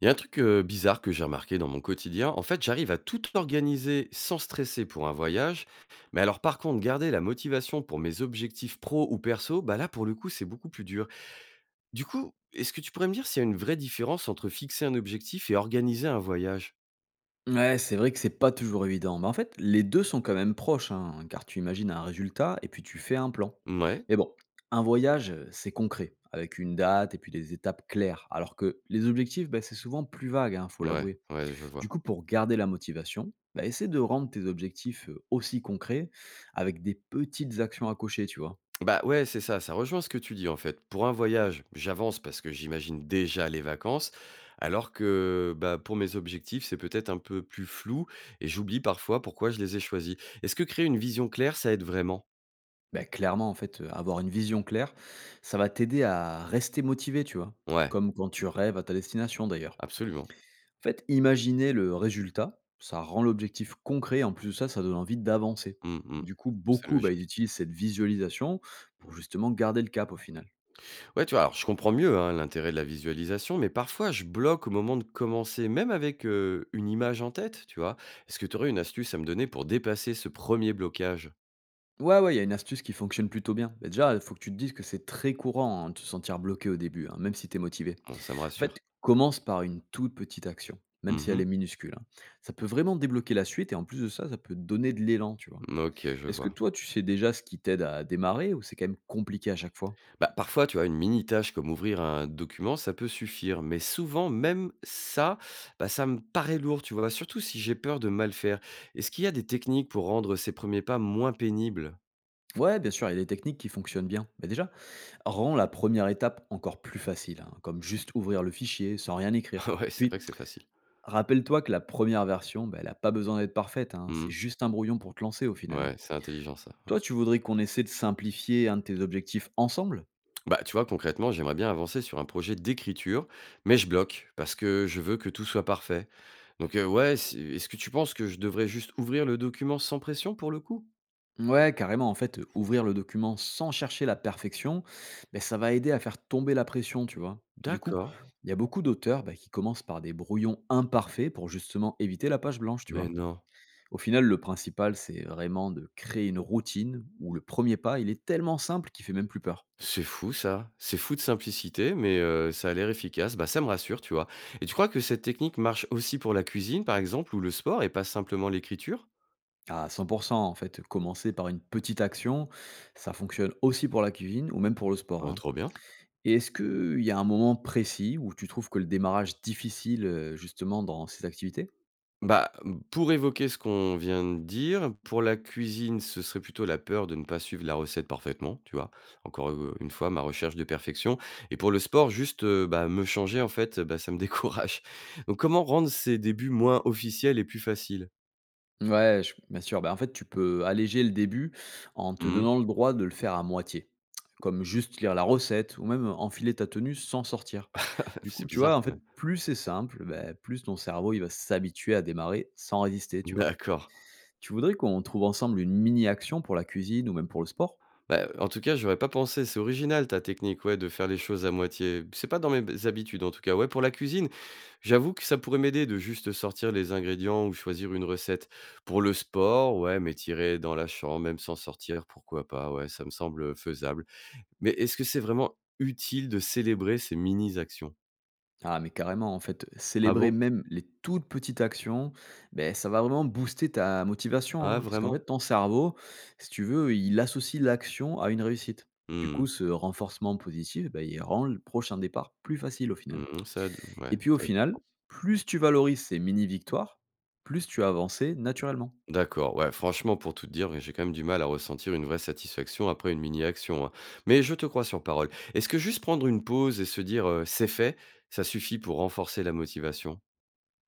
Il y a un truc, bizarre que j'ai remarqué dans mon quotidien. En fait, j'arrive à tout organiser sans stresser pour un voyage. Mais alors par contre, garder la motivation pour mes objectifs pro ou perso, bah, là, pour le coup, c'est beaucoup plus dur. Du coup, est-ce que tu pourrais me dire s'il y a une vraie différence entre fixer un objectif et organiser un voyage? Ouais, c'est vrai que c'est pas toujours évident. Mais en fait, les 2 sont quand même proches, hein, car tu imagines un résultat et puis tu fais un plan. Ouais, Mais bon, un voyage, c'est concret, avec une date et puis des étapes claires, alors que les objectifs, bah, c'est souvent plus vague, hein, faut ouais, l'avouer. ouais, je Du vois. coup, pour garder la motivation, bah, essaie de rendre tes objectifs, aussi concrets avec des petites actions à cocher, tu vois? Bah, ouais, c'est ça, ça rejoint ce que tu dis, en fait. Pour un voyage, j'avance parce que j'imagine déjà les vacances, alors que, bah, pour mes objectifs, c'est peut-être un peu plus flou et j'oublie parfois pourquoi je les ai choisis. Est-ce que créer une vision claire, ça aide vraiment? Bah, clairement, en fait, avoir une vision claire, ça va t'aider à rester motivé, tu vois? Ouais, Comme quand tu rêves à ta destination, d'ailleurs. absolument. En fait, imaginer le résultat, ça rend l'objectif concret. En plus de ça, ça donne envie d'avancer. Mmh mh. Du coup, C'est beaucoup, bah, ils logique. utilisent cette visualisation pour justement garder le cap au final. Ouais, tu vois, alors je comprends mieux, hein, l'intérêt de la visualisation, mais parfois je bloque au moment de commencer, même avec, une image en tête, tu vois? Est-ce que tu aurais une astuce à me donner pour dépasser ce premier blocage? Ouais, ouais, il y a une astuce qui fonctionne plutôt bien. Bah, déjà, il faut que tu te dises que c'est très courant, hein, de se sentir bloqué au début, hein, même si tu es motivé. Bon, ça me En fait, rassure. commence par une toute petite action, même si elle est Mmh. minuscule, hein. Ça peut vraiment débloquer la suite et en plus de ça, ça peut te donner de l'élan, tu vois. Mmh, OK, je Est-ce que vois. toi, tu sais déjà ce qui t'aide à démarrer ou c'est quand même compliqué à chaque fois? Bah, parfois, tu vois, une mini tâche comme ouvrir un document, ça peut suffire. Mais souvent, même ça, bah, ça me paraît lourd, tu vois, surtout si j'ai peur de mal faire. Est-ce qu'il y a des techniques pour rendre ces premiers pas moins pénibles? Ouais, bien sûr, il y a des techniques qui fonctionnent bien. Mais déjà, rend la première étape encore plus facile, hein, comme juste ouvrir le fichier sans rien écrire. Ouais, c'est Puis, vrai que c'est facile. rappelle-toi que la première version, bah, elle n'a pas besoin d'être parfaite, hein, c'est Mhm. juste un brouillon pour te lancer au final, hein. Ouais, c'est intelligent ça, ouais. Toi, tu voudrais qu'on essaie de simplifier un de tes objectifs ensemble? Bah, tu vois, concrètement, j'aimerais bien avancer sur un projet d'écriture, mais je bloque parce que je veux que tout soit parfait. Donc, ouais, est-ce que tu penses que je devrais juste ouvrir le document sans pression pour le coup? Ouais, carrément, en fait, ouvrir le document sans chercher la perfection, ben, ça va aider à faire tomber la pression, tu vois. Du coup, D'accord. il y a beaucoup d'auteurs, bah, qui commencent par des brouillons imparfaits pour justement éviter la page blanche, tu Mais vois. non. Au final, le principal, c'est vraiment de créer une routine où le premier pas, il est tellement simple qu'il fait même plus peur. C'est fou ça, c'est fou de simplicité, mais ça a l'air efficace. Bah, ça me rassure, tu vois? Et tu crois que cette technique marche aussi pour la cuisine, par exemple, ou le sport et pas simplement l'écriture? À 100%, en fait, commencer par une petite action, ça fonctionne aussi pour la cuisine ou même pour le sport, Ah, hein. trop bien. Et est-ce qu'il y a un moment précis où tu trouves que le démarrage difficile, justement, dans ces activités? Bah, mmh, pour évoquer ce qu'on vient de dire, pour la cuisine, ce serait plutôt la peur de ne pas suivre la recette parfaitement, tu vois? Encore une fois, ma recherche de perfection. Et pour le sport, juste, bah, me changer, en fait, bah, ça me décourage. Donc comment rendre ces débuts moins officiels et plus faciles? Ouais, je bien sûr. Bah, en fait, tu peux alléger le début en te Mmh. donnant le droit de le faire à moitié, comme juste lire la recette ou même enfiler ta tenue sans sortir. Du C'est coup, tu bizarre vois, en quand fait, même. plus c'est simple, bah, plus ton cerveau il va s'habituer à démarrer sans résister, tu vois. D'accord. Tu voudrais qu'on trouve ensemble une mini-action pour la cuisine ou même pour le sport? Bah, en tout cas, j'aurais pas pensé. C'est original ta technique, ouais, de faire les choses à moitié. C'est pas dans mes b habitudes, en tout cas. Ouais, pour la cuisine, j'avoue que ça pourrait m'aider de juste sortir les ingrédients ou choisir une recette. Pour le sport, ouais, m'étirer dans la chambre, même sans sortir, pourquoi pas, ouais, ça me semble faisable. Mais est-ce que c'est vraiment utile de célébrer ces mini actions? Ah, mais carrément, en fait, Ah célébrer bon? même les toutes petites actions, beh, ça va vraiment booster ta motivation, Ah hein, parce qu'en vraiment? fait, ton cerveau, si tu veux, il associe l'action à une réussite. Du Mmh. coup, ce renforcement positif, bah, il rend le prochain départ plus facile au final. Mmh, ça a d Et ouais, puis au ça a du final, sens. plus tu valorises ces mini-victoires, plus tu vas avancer naturellement. D'accord, ouais, franchement, pour tout te dire, j'ai quand même du mal à ressentir une vraie satisfaction après une mini-action, hein. Mais je te crois sur parole. Est-ce que juste prendre une pause et se dire c'est fait, ça suffit pour renforcer la motivation?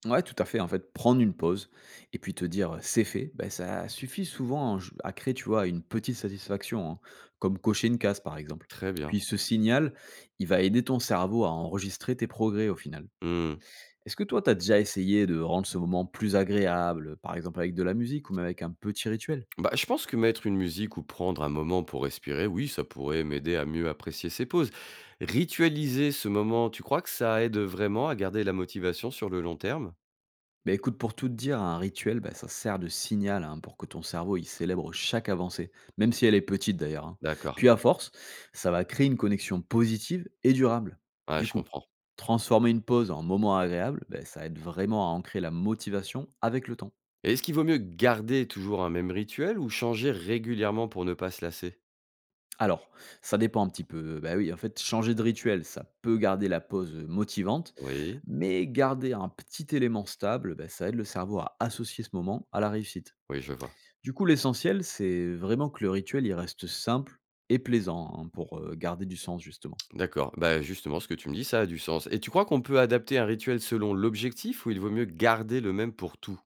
Ouais, tout à fait. En fait, prendre une pause et puis te dire, c'est fait, ben ça suffit souvent, hein, j à créer, tu vois, une petite satisfaction, hein, comme cocher une case, par exemple. Très bien. Puis ce signal, il va aider ton cerveau à enregistrer tes progrès au final. Hmm. Est-ce que toi, tu as déjà essayé de rendre ce moment plus agréable, par exemple avec de la musique ou même avec un petit rituel? Bah, je pense que mettre une musique ou prendre un moment pour respirer, oui, ça pourrait m'aider à mieux apprécier ces pauses. Ritualiser ce moment, tu crois que ça aide vraiment à garder la motivation sur le long terme? Bah, écoute, pour tout te dire, un rituel, bah, ça sert de signal, hein, pour que ton cerveau il célèbre chaque avancée, même si elle est petite d'ailleurs, hein. D'accord, Puis à force, ça va créer une connexion positive et durable. ouais, Du je coup, comprends. transformer une pause en moment agréable, bah, ça aide vraiment à ancrer la motivation avec le temps. Et est-ce qu'il vaut mieux garder toujours un même rituel ou changer régulièrement pour ne pas se lasser? Alors, ça dépend un petit peu. Bah oui, en fait, changer de rituel, ça peut garder la pause motivante, Oui, mais garder un petit élément stable, bah, ça aide le cerveau à associer ce moment à la réussite. oui, je vois. Du coup, l'essentiel, c'est vraiment que le rituel, il reste simple et plaisant, hein, pour garder du sens, justement. D'accord. Bah, justement, ce que tu me dis, ça a du sens. Et tu crois qu'on peut adapter un rituel selon l'objectif ou il vaut mieux garder le même pour tout?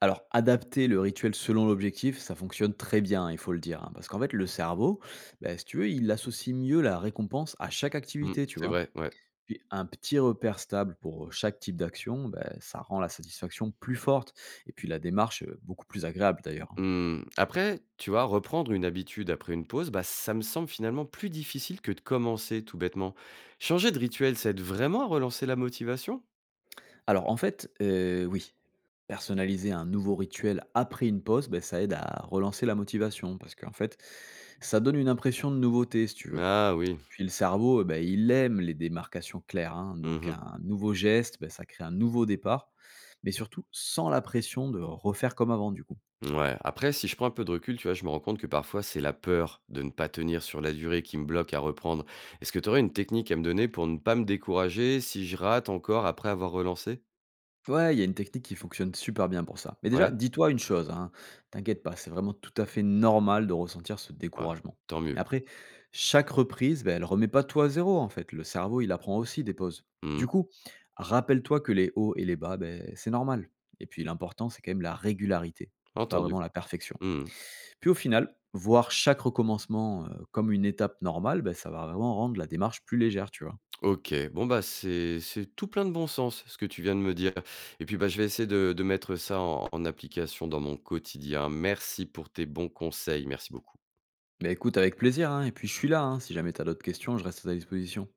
Alors, adapter le rituel selon l'objectif, ça fonctionne très bien, hein, il faut le dire, hein, parce qu'en fait, le cerveau, bah, si tu veux, il associe mieux la récompense à chaque Mmh, activité, tu c'est vois. vrai, ouais. Puis un petit repère stable pour chaque type d'action, bah, ça rend la satisfaction plus forte. Et puis la démarche beaucoup plus agréable, d'ailleurs, hein. Mmh, après, tu vois, reprendre une habitude après une pause, bah, ça me semble finalement plus difficile que de commencer, tout bêtement. Changer de rituel, ça aide vraiment à relancer la motivation? Alors, en fait, oui, personnaliser un nouveau rituel après une pause, ben ça aide à relancer la motivation parce qu'en fait, ça donne une impression de nouveauté, si tu veux. Ah oui. Puis le cerveau, eh ben, il aime les démarcations claires, hein, donc Mmh. un nouveau geste, ben, ça crée un nouveau départ, mais surtout sans la pression de refaire comme avant du coup. Ouais, après, si je prends un peu de recul, tu vois, je me rends compte que parfois, c'est la peur de ne pas tenir sur la durée qui me bloque à reprendre. Est-ce que tu aurais une technique à me donner pour ne pas me décourager si je rate encore après avoir relancé? Ouais, il y a une technique qui fonctionne super bien pour ça. Mais déjà, Ouais, dis-toi une chose, hein, t'inquiète pas, c'est vraiment tout à fait normal de ressentir ce ouais, découragement. tant Mais mieux. après, chaque reprise, ben, elle remet pas tout à zéro en fait. Le cerveau, il apprend aussi des pauses. Du Mmh, coup, rappelle-toi que les hauts et les bas, ben, c'est normal. Et puis l'important, c'est quand même la régularité, pas entendu. vraiment la perfection. Mmh. Puis au final, voir chaque recommencement, comme une étape normale, ben, ça va vraiment rendre la démarche plus légère, tu vois. Ok, bon bah c'est tout plein de bon sens ce que tu viens de me dire. Et puis bah je vais essayer de mettre ça en application dans mon quotidien. Merci pour tes bons conseils, merci beaucoup. Mais écoute, avec plaisir, hein, et puis je suis là, hein, si jamais t'as d'autres questions, je reste à ta disposition.